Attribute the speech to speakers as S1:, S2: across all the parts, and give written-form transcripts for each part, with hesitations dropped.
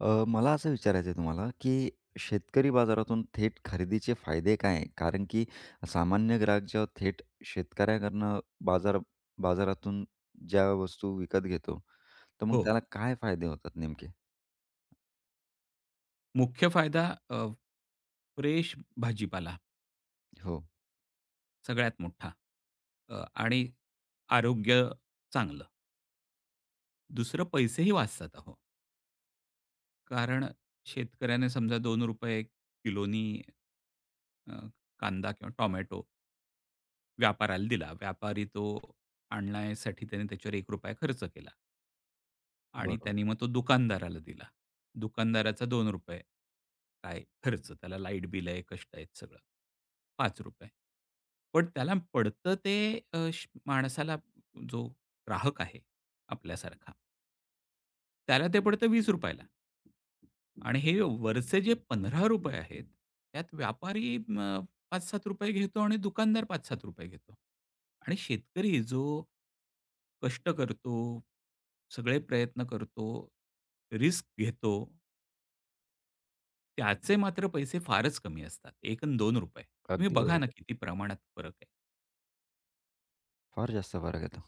S1: मला असं विचारायचं आहे तुम्हाला, की शेतकरी बाजारातून थेट खरेदीचे फायदे काय आहे? कारण की सामान्य ग्राहक जेव्हा थेट शेतकऱ्याकडनं बाजार बाजारातून ज्या वस्तू विकत घेतो, तर मग
S2: हो.
S1: त्याला काय फायदे होतात नेमके?
S2: मुख्य फायदा अ, फ्रेश भाजीपाला
S1: हो,
S2: सगळ्यात मोठा अ, आणि आरोग्य चांगलं. दुसरं पैसेही वाचतात अहो. कारण शेतकऱ्याने समजा ₹2 किलोनी अ, कांदा किंवा टोमॅटो व्यापाराला दिला. व्यापारी तो आणण्यासाठी त्याने त्याच्यावर ₹1 खर्च केला. आणि
S1: बरोबर.
S2: त्यानी मग तो दुकानदाराला दिला. दुकानदाराचा ₹2 काय खर्च. त्याला लाईट बिल आहे, कष्ट आहेत सगळं. ₹5 पण त्याला पडतं ते अ, श माणसाला जो ग्राहक आहे आपल्यासारखा त्याला ते पडतं ₹20 ला. आणि हे वरचे जे ₹15 आहेत, त्यात व्यापारी ₹5-7 घेतो आणि दुकानदार ₹5-7 घेतो. आणि शेतकरी जो कष्ट करतो, सगळे प्रयत्न करतो, रिस्क घेतो, त्याचे मात्र पैसे फारच कमी असतात. ₹1 अन् ₹2. तुम्ही
S1: अगदी
S2: बघा ना
S1: बरोबर.
S2: किती प्रमाणात फरक आहे.
S1: फार जास्त फरक येतो.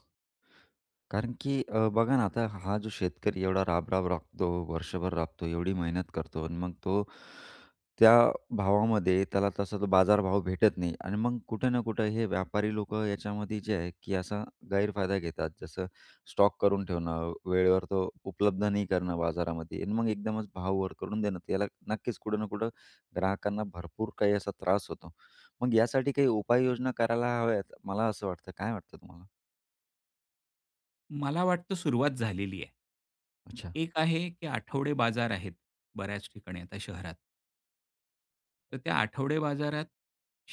S1: कारण की बघा ना आता हा जो शेतकरी एवढा राबराब राबतो, वर्षभर राबतो, एवढी मेहनत करतो आणि मग तो त्या भावामध्ये त्याला तसा तो बाजारभाव भेटत नाही आणि मग कुठे ना कुठे हे व्यापारी लोकं याच्यामध्ये जे आहे, की असा गैरफायदा घेतात. जसं स्टॉक करून ठेवणं, वेळेवर तो उपलब्ध नाही करणं बाजारामध्ये आणि मग एकदमच भाव वर करून देणं. त्याला नक्कीच कुठं ना कुठं ग्राहकांना भरपूर काही असा त्रास होतो. मग यासाठी काही उपाययोजना करायला हव्यात, मला असं वाटतं. काय वाटतं तुम्हाला?
S2: मला वाटतं सुरुवात झालेली आहे.
S1: अच्छा.
S2: एक आहे की आठवडे बाजार आहेत बऱ्याच ठिकाणी आता शहरात. तर त्या आठवडे बाजारात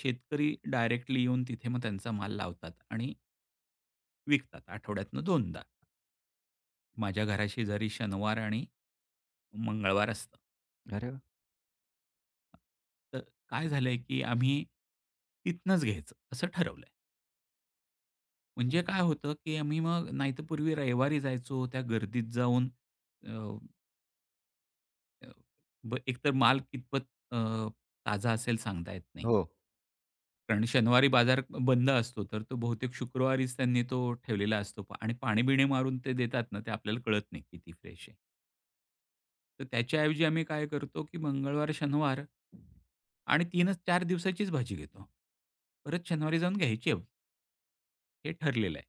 S2: शेतकरी डायरेक्टली येऊन तिथे मग त्यांचा माल लावतात आणि विकतात आठवड्यातनं 2दा. माझ्या घराशेजारी शनिवार आणि मंगळवार असतं.
S1: अरे वाह!
S2: तर काय झालंय, की आम्ही तिथनंच घ्यायचं असं ठरवलंय. म्हणजे काय होतं, की आम्ही मग नाहीतर पूर्वी रविवारी जायचो त्या गर्दीत जाऊन अ, अ, ब एकतर माल कितपत अ, ताजा असेल सांगता येत नाही.
S1: हो.
S2: कारण शनिवारी बाजार बंद असतो, तर तो बहुतेक शुक्रवारीच त्यांनी तो ठेवलेला असतो आणि पाणी-बिणी मारून ते देतात ना, ते आपल्याला कळत नाही किती फ्रेश आहे. तर त्याच्याऐवजी आम्ही काय करतो, की मंगळवार, शनिवार आणि 3च 4 दिवसाचीच भाजी घेतो. परत शनिवारी जाऊन घ्यायची आहे, हे ठरलेलं आहे.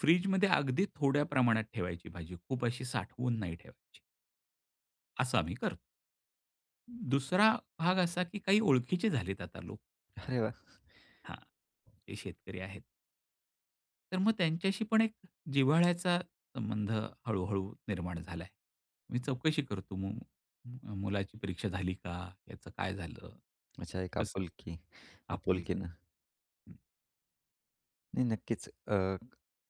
S2: फ्रिजमध्ये अगदी थोड्या प्रमाणात ठेवायची भाजी, खूप अशी साठवून नाही ठेवायची, असं आम्ही करतो. दुसरा भाग असा, की काही ओळखीचे झालेत आता लोक.
S1: अरे वाह!
S2: हां, ते शेतकरी आहेत. तर मग त्यांच्याशी पण एक जिव्हाळ्याचा संबंध हळू-हळू निर्माण झालाय. मी चौकशी करतो मुलाची परीक्षा झाली का? याचं काय झालं?
S1: अच्छा, एक
S2: कसं?
S1: आपुलकी,
S2: आपुल
S1: आपुलकीनं. नाही, नक्कीच.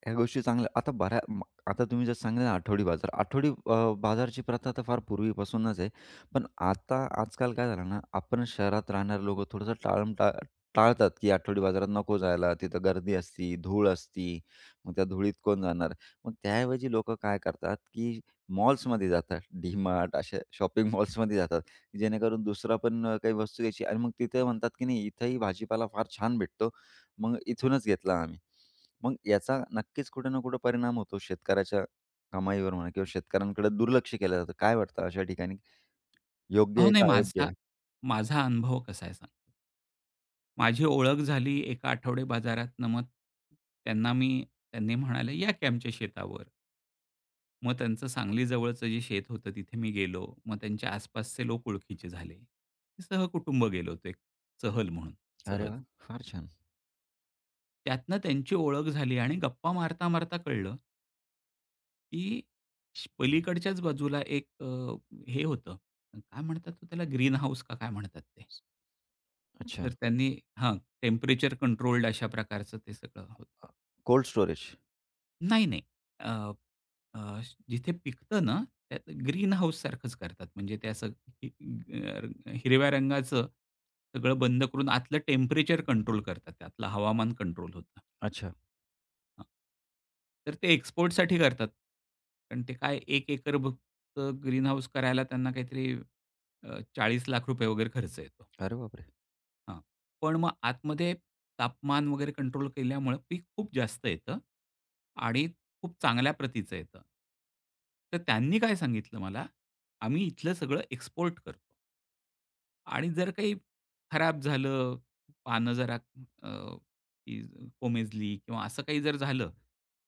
S1: ह्या गोष्टी चांगल्या आता बऱ्या म आता तुम्ही जर सांगितलं ना आठवडी बाजार. बाजारची प्रथा आता फार पूर्वीपासूनच आहे. पण आता आजकाल काय झालं ना, आपण शहरात राहणारे लोकं थोडंसं टाळतात, की आठवडी बाजारात नको जायला. तिथं गर्दी असती, धूळ असती. मग त्या धुळीत कोण जाणार? मग त्याऐवजी लोकं काय करतात, की मॉल्समध्ये जातात. डी-मार्ट अशा शॉपिंग मॉल्समध्ये जातात. जेणेकरून दुसरा पण काही वस्तू घ्यायची आणि मग तिथे म्हणतात, की नाही इथंही भाजीपाला फार छान भेटतो, मग इथूनच घेतला आम्ही. मग याचा नक्कीच कुठे ना कुठे परिणाम होतो शेतकऱ्याच्या कमाईवर म्हणा किंवा शेतकऱ्यांकडे दुर्लक्ष केलं जातं. काय वाटतं अशा ठिकाणी योग्य
S2: अहो,
S1: आहे
S2: नाही
S1: का अयोग्य
S2: माझा
S1: आहे?
S2: माझा अनुभव कसा आहे सांगतो. माझी ओळख झाली एका आठवडे बाजारात. मग त्यांना मी त्यांनी म्हणाले, "या की आमच्या शेतावर." मग त्यांचं सांगली जवळचं जे शेत होतं तिथे मी गेलो. मग त्यांच्या आसपासचे लोक ओळखीचे झाले. सहकुटुंब गेलो होतो एक सहल म्हणून,
S1: अरे
S2: सहज.
S1: वाह! फार छान.
S2: त्यातनं त्यांची ओळख झाली आणि गप्पा मारता-मारता कळलं, की पलीकडच्याच बाजूला एक हे होतं, काय म्हणतात तो त्याला ग्रीन हाऊस का काय म्हणतात ते?
S1: अच्छा.
S2: तर त्यांनी, हां, टेम्परेचर कंट्रोल्ड अशा प्रकारचं ते सगळं होतं.
S1: Cold storage.
S2: नाही, नाही. अ, अ, श- जिथे पिकतं ना, त्यात ग्रीन हाऊससारखंच करतात. म्हणजे ते असं हि अ, हिरव्या रंगाचं सगळं बंद करून आतलं टेम्परेचर कंट्रोल करतात. त्यातलं हवामान कंट्रोल होतं.
S1: अच्छा.
S2: हां. तर ते एक्सपोर्टसाठी करतात. कारण ते काय 1 एकर चं ग्रीन हाऊस करायला त्यांना काहीतरी ₹40,00,000 वगैरे खर्च येतो.
S1: अरे बापरे!
S2: हां. पण मग आतमध्ये तापमान वगैरे कंट्रोल केल्यामुळे पीक खूप जास्त येतं आणि खूप चांगल्या प्रतीचं येतं. तर त्यांनी काय सांगितलं मला, "आम्ही इथलं सगळं एक्सपोर्ट करतो." आणि जर काही खराब झालं, पानं जरा अ, ती कोमेजली किंवा असं काही जर झालं,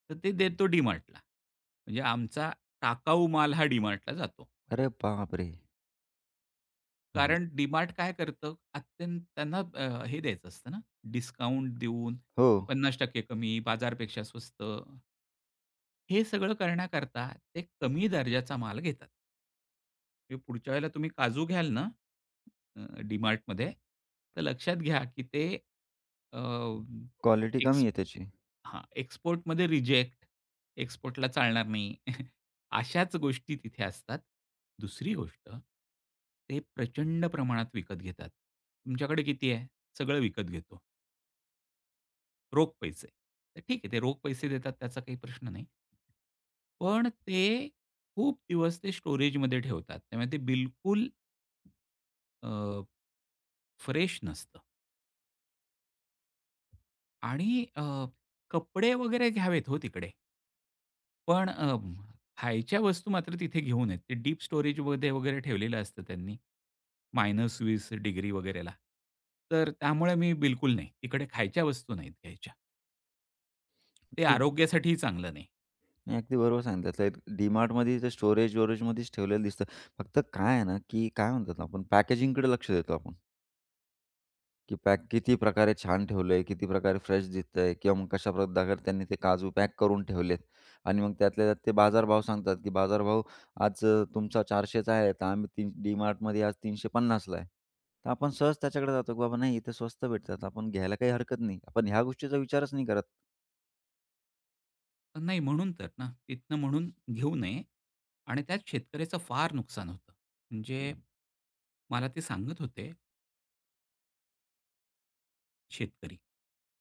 S2: तर ते देतो. डी म्हणजे आमचा टाकाऊ माल हा डी जातो.
S1: अरे बापरे! म्हणजे
S2: कारण DMart काय करतं, अत्यंत त्यांना हे द्यायचं असतं ना, डिस्काउंट देऊन
S1: हो.
S2: 50% कमी, बाजारपेक्षा स्वस्त. हे सगळं करण्याकरता ते कमी दर्जाचा माल घेतात. की पुढच्या वेळेला तुम्ही काजू घ्याल ना, अ, DMartमध्ये, तर लक्षात घ्या, की ते अ,
S1: क्वालिटी
S2: एक
S1: कमी आहे त्याची.
S2: हां, एक्सपोर्टमध्ये रिजेक्ट, एक्सपोर्टला चालणार नाही. अशाच गोष्टी तिथे असतात. दुसरी गोष्ट, ते प्रचंड प्रमाणात विकत घेतात. तुमच्याकडे किती आहे? सगळं विकत घेतो. रोख पैसे. तर ठीक आहे, ते रोख पैसे देतात त्याचा काही प्रश्न नाही. पण ते खूप दिवस ते स्टोरेजमध्ये ठेवतात. त्यामुळे ते बिलकुल फ्रेश नसतं आणि, कपडे वगैरे घ्यावेत हो तिकडे. पण खायच्या वस्तू मात्र तिथे घेऊन येत. ते डीप स्टोरेजमध्ये वगैरे ठेवलेलं असतं त्यांनी. -20 डिग्री वगैरेला. तर त्यामुळे मी बिलकुल नाही. तिकडे खायच्या वस्तू नाहीत घ्यायच्या. ते
S1: हं.
S2: आरोग्यासाठीही चांगलं नाही.
S1: नाही, अगदी बरोबर सांगितलं. तर ते स्टोरेज-वोरेजमध्येच ठेवलेलं दिसतं. फक्त काय आहे ना, की काय म्हणतात, आपण पॅकेजिंगकडे लक्ष देतो आपण. की पॅक किती प्रकारे छान ठेवलंय, किती प्रकारे फ्रेश दिसतंय किंवा मग कशा प्रकारे त्यांनी ते काजू पॅक करून ठेवलेत आणि मग त्यातल्या त्यात ते बाजारभाव सांगतात, की बाजारभाव आज तुमचा 400 चा आहे, तर आम्ही तीन DMartमध्ये आज 350 ला आहे. तर आपण सहज त्याच्याकडे जातो, की बाबा नाही इथे स्वस्त भेटतात. आपण घ्यायला काही हरकत नाही. आपण ह्या गोष्टीचा विचारच नाही करत.
S2: तर नाही म्हणून तर ना, तिथनं म्हणून घेऊ नये आणि त्यात शेतकऱ्याचं फार नुकसान होतं. म्हणजे मला ते सांगत होते शेतकरी.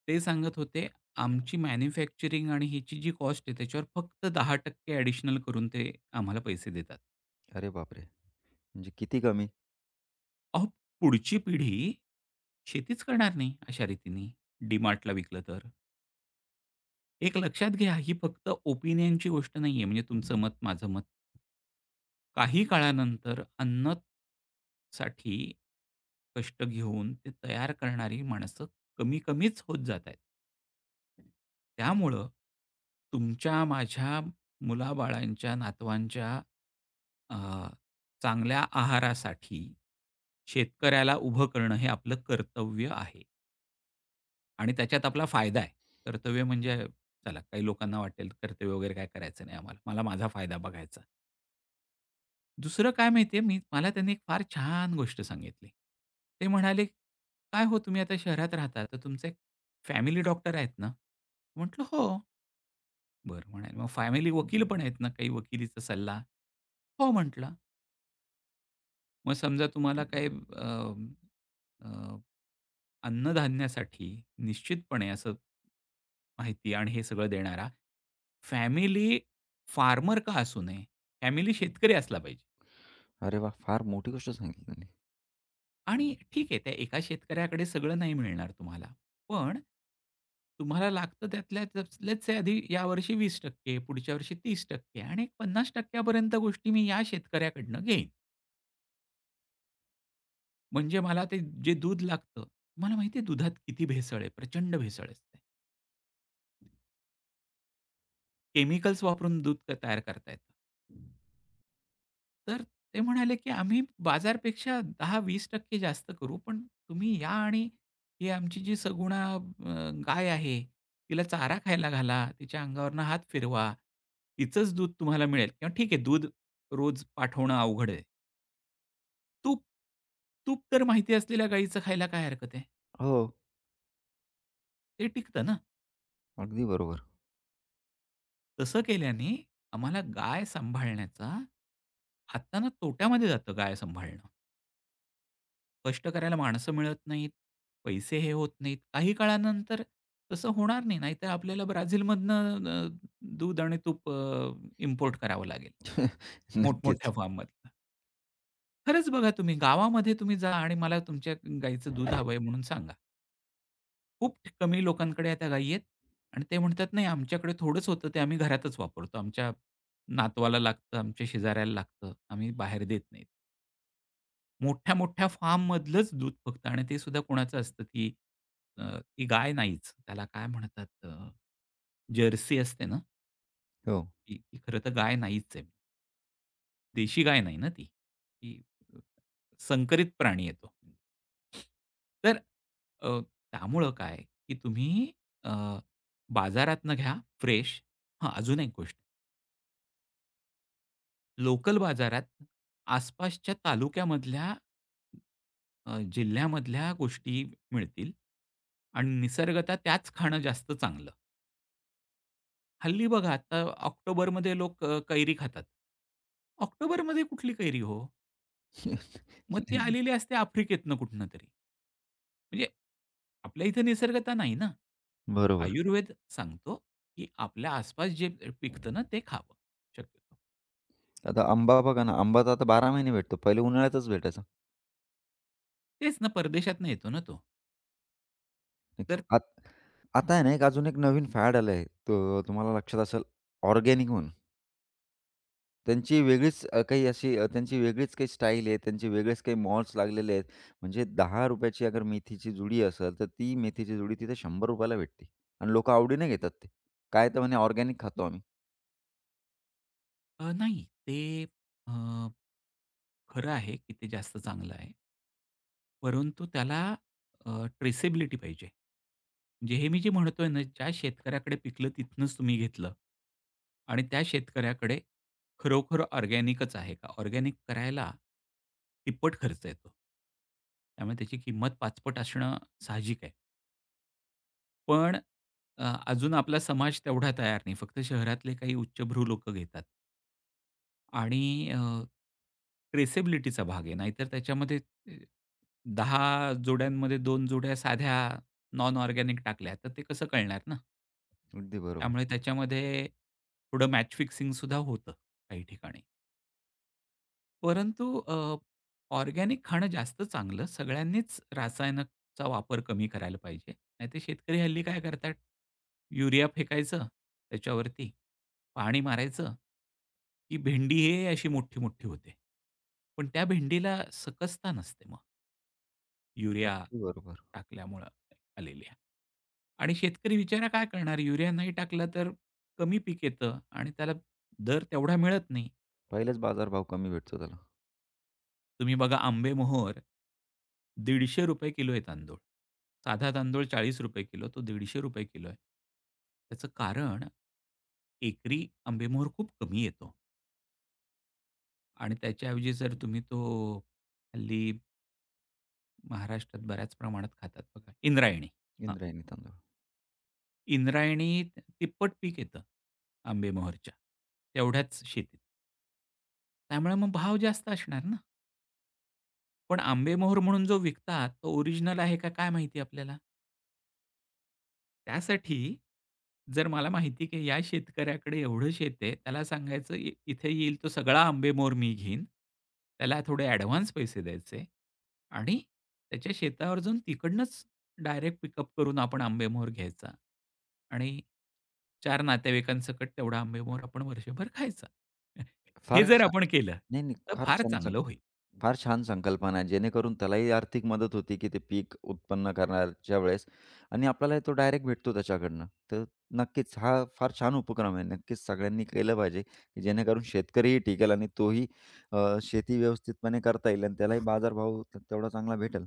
S2: ते सांगत होते, "आमची मॅन्युफॅक्चरिंग आणि ह्याची जी कॉस्ट आहे त्याच्यावर फक्त 10% ॲडिशनल करून ते आम्हाला पैसे देतात."
S1: अरे बापरे! म्हणजे किती कमी.
S2: अहो, पुढची पिढी शेतीच करणार नाही अशा रीतीने डी-मार्टला विकलं तर. एक लक्षात घ्या, ही फक्त ओपिनियनची गोष्ट नाहीये, म्हणजे तुमचं मत, माझं मत. काही काळानंतर अन्न साठी कष्ट घेऊन ते तयार करणारी माणसं कमी-कमीच होत जात आहेत. त्यामुळं तुमच्या, माझ्या, मुलाबाळांच्या, नातवांच्या अ, चांगल्या आहारासाठी शेतकऱ्याला उभं करणं हे आपलं कर्तव्य आहे आणि त्याच्यात आपला फायदा आहे. कर्तव्य म्हणजे, चला काही लोकांना वाटेल कर्तव्य वगैरे काय करायचं नाही आम्हाला. मला माझा फायदा बघायचा. दुसरं काय माहिती आहे, मी मला त्यांनी एक फार छान गोष्ट सांगितली. ते म्हणाले, "काय हो तुम्ही आता शहरात राहता, तर तुमचे फॅमिली डॉक्टर आहेत ना?" म्हटलं, "हो." "बरं," म्हणाले, "मग फॅमिली वकील पण आहेत ना, काही वकिलीचा सल्ला?" "हो," म्हटलं. "मग समजा तुम्हाला काही अ, अ, अन्नधान्यासाठी निश्चितपणे असं माहिती आणि हे सगळं देणारा फॅमिली फार्मर का असू नये, फॅमिली शेतकरी असला पाहिजे."
S1: अरे वाह! फार मोठी गोष्ट सांगितली त्यांनी.
S2: आणि ठीक आहे, त्या एका शेतकऱ्याकडे सगळं नाही मिळणार तुम्हाला. पण तुम्हाला लागतं त्यातल्या त्यात, लेट्स से, आधी यावर्षी 20%, पुढच्या वर्षी 30% आणि 50% पर्यंत गोष्टी मी या शेतकऱ्याकडनं घेईन. म्हणजे मला ते जे दूध लागतं, तुम्हाला माहिती आहे दुधात किती भेसळ आहे, प्रचंड भेसळ असते. केमिकल्स वापरून दूध तयार करता येतं. तर ते म्हणाले, की "आम्ही बाजारपेक्षा 10-20% जास्त करू, पण तुम्ही या आणि ही आमची जी सगुणा गाय आहे, तिला चारा खायला घाला, तिच्या अंगावरनं हात फिरवा, तिचंच दूध तुम्हाला मिळेल. किंवा ठीक आहे, दूध रोज पाठवणं अवघड आहे. तूप तूप तर माहिती असलेल्या गाईचं खायला काय हरकत आहे?
S1: हो,
S2: ते टिकतं ना."
S1: अगदी बरोबर.
S2: तसं केल्याने आम्हाला गाय सांभाळण्याचा, हातानं तोट्यामध्ये जातं गाय सांभाळणं. कष्ट करायला माणसं मिळत नाहीत, पैसे हे होत नाहीत. काही काळानंतर तसं होणार नाही. नाहीतर आपल्याला ब्राझीलमधनं दूध आणि तूप, इम्पोर्ट करावं लागेल मोठमोठ्या
S1: नक्कीच.
S2: फार्ममधनं. खरंच बघा, तुम्ही गावामध्ये तुम्ही जा आणि मला तुमच्या गाईचं दूध हवंय म्हणून सांगा. खूप कमी लोकांकडे त्या गायी आहेत आणि ते म्हणतात, "नाही आमच्याकडे थोडंच होतं ते आम्ही घरातच वापरतो. आमच्या नातवाला लागतं, आमच्या शेजाऱ्याला लागतं. आम्ही बाहेर देत नाही." मोठ्या-मोठ्या फार्ममधलंच दूध फक्त, आणि ते सुद्धा कोणाचं असतं, ती, ती गाय नाहीच. त्याला काय म्हणतात, जर्सी असते ना,
S1: हो.
S2: ती ती खरं तर गाय नाहीच आहे. देशी गाय नाही ना ती. ती अ, संकरित प्राणी आहे तो. तर अ, त्यामुळं काय, की तुम्ही अ, बाजारातनं घ्या फ्रेश. हां, अजून एक गोष्ट. लोकल बाजारात आसपासच्या तालुक्यामधल्या, जिल्ह्यामधल्या गोष्टी मिळतील आणि निसर्गतः त्याच खाणं जास्त चांगलं. हल्ली बघा, आता ऑक्टोबरमध्ये लोक कैरी खातात. ऑक्टोबरमध्ये कुठली कैरी हो? मग ती आलेली असते आफ्रिकेतनं कुठनं तरी. म्हणजे आपल्या इथे निसर्गतः नाही ना.
S1: बरोबर.
S2: आयुर्वेद सांगतो, की आपल्या आसपास जे पिकतं ना ते खावं शक्यतो.
S1: आता आंबा बघा ना, आंबा तर आता 12 महिने भेटतो. पहिले उन्हाळ्यातच भेटायचा.
S2: तेच ना, परदेशातनं येतो ना तो. तर
S1: आत आता आहे ना, एक अजून एक नवीन फॅड आलं आहे. तो तुम्हाला लक्षात असेल, ऑर्गेनिक म्हणून. त्यांची वेगळीच अ, काही अशी अ, त्यांची वेगळीच काही स्टाईल आहे. त्यांचे वेगळेच काही मॉल्स लागलेले आहेत. म्हणजे ₹10 ची अगर मेथीची जुडी असेल, तर ती मेथीची जुडी तिथे ₹100 ला भेटते आणि लोकं आवडीने घेतात ते. काय तर म्हणे ऑर्गॅनिक खातो आम्ही.
S2: नाही ते अ, खरं आहे की ते जास्त चांगलं आहे. परंतु त्याला ट्रेसेबिलिटी पाहिजे. म्हणजे हे मी जे म्हणतोय ना, ज्या शेतकऱ्याकडे पिकलं तिथूनच तुम्ही घेतलं आणि त्या शेतकऱ्याकडे खरोखर ऑर्गॅनिकच आहे का? ऑर्गॅनिक करायला तिप्पट खर्च येतो. त्यामुळे त्याची किंमत पाचपट असणं साहजिक आहे. पण अजून आपला समाज तेवढा तयार नाही. फक्त शहरातले काही उच्चभ्रू लोकं घेतात. आणि ट्रेसेबिलिटीचा भाग आहे. नाहीतर त्याच्यामध्ये 10 जोड्यांमध्ये दोन जोड्या साध्या नॉन ऑर्गॅनिक टाकल्या, तर ते कसं कळणार ना?
S1: अगदी बरोबर.
S2: त्यामुळे त्याच्यामध्ये थोडं मॅच फिक्सिंग सुद्धा होतं काही ठिकाणी. परंतु ऑर्गॅनिक खाणं जास्त चांगलं. सगळ्यांनीच रासायनिकचा वापर कमी करायला पाहिजे. नाहीतर शेतकरी हल्ली काय करतात, युरिया फेकायचं त्याच्यावरती, पाणी मारायचं, की भेंडी हे अशी मोठी-मोठी होते. पण त्या भेंडीला सकसता नसते मग युरिया
S1: अगदी बरोबर.
S2: टाकल्यामुळं आलेल्या. आणि शेतकरी बिचारा काय करणार? युरिया नाही टाकला तर कमी पीक येतं आणि त्याला दर तेवढा मिळत नाही.
S1: पहिलेच बाजारभाव कमी भेटतो त्याला.
S2: तुम्ही बघा, आंबेमोहोर ₹150 किलो आहे तांदूळ. साधा तांदूळ ₹40 किलो, तो ₹150 किलो आहे. त्याचं कारण एकरी आंबेमोहोर खूप कमी येतो. आणि त्याच्याऐवजी जर तुम्ही तो, हल्ली महाराष्ट्रात बऱ्याच प्रमाणात खातात बघा, इंद्रायणी. हां,
S1: इंद्रायणी तांदूळ.
S2: इंद्रायणी तिप्पट पीक येतं आंबेमोहोरच्या तेवढ्याच शेतीत. त्यामुळे मग भाव जास्त असणार ना. पण आंबेमोहोर म्हणून जो विकतात तो ओरिजिनल आहे का काय माहिती आपल्याला? त्यासाठी जर मला माहिती की या शेतकऱ्याकडे एवढं शेत आहे, त्याला सांगायचं इथे येईल तो सगळा आंबेमोहोर मी घेईन. त्याला थोडे ॲडव्हान्स पैसे द्यायचे आणि त्याच्या शेतावर जाऊन तिकडनंच डायरेक्ट पिकअप करून आपण आंबेमोहोर घ्यायचा आणि 4 नातेवाईकांसकट तेवढा आंबेमोहोर आपण वर्षभर खायचा. हे
S1: फार
S2: जर
S1: छान.
S2: आपण केलं,
S1: नाही, नाही.
S2: तर
S1: फार
S2: फार
S1: छान
S2: चांगलं
S1: सांगितलं.
S2: होईल.
S1: फार छान संकल्पना आहे. जेणेकरून त्यालाही आर्थिक मदत होती, की ते पीक उत्पन्न करण्याच्या वेळेस आणि आपल्यालाही तो डायरेक्ट भेटतो त्याच्याकडनं. तर नक्कीच हा फार छान उपक्रम आहे. नक्कीच सगळ्यांनी केलं पाहिजे, की जेणेकरून शेतकरीही टिकेल आणि तोही शेती व्यवस्थितपणे करता येईल आणि त्यालाही बाजारभाव तेवढा चांगला भेटेल.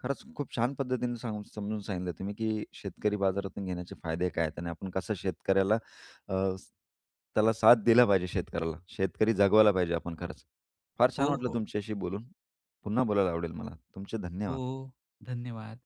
S1: खरंच खूप छान पद्धतीने सांगून समजून सांगितलं तुम्ही, की शेतकरी बाजारातून घेण्याचे फायदे काय आहेत आणि आपण कसं शेतकऱ्याला अ, स- त्याला साथ दिला पाहिजे शेतकऱ्याला. शेतकरी जगवायला पाहिजे आपण खरंच. फार छान
S2: हो,
S1: वाटलं
S2: हो.
S1: तुमच्याशी बोलून. पुन्हा बोलायला आवडेल मला. तुमचे
S2: हो.
S1: धन्यवाद.
S2: धन्यवाद.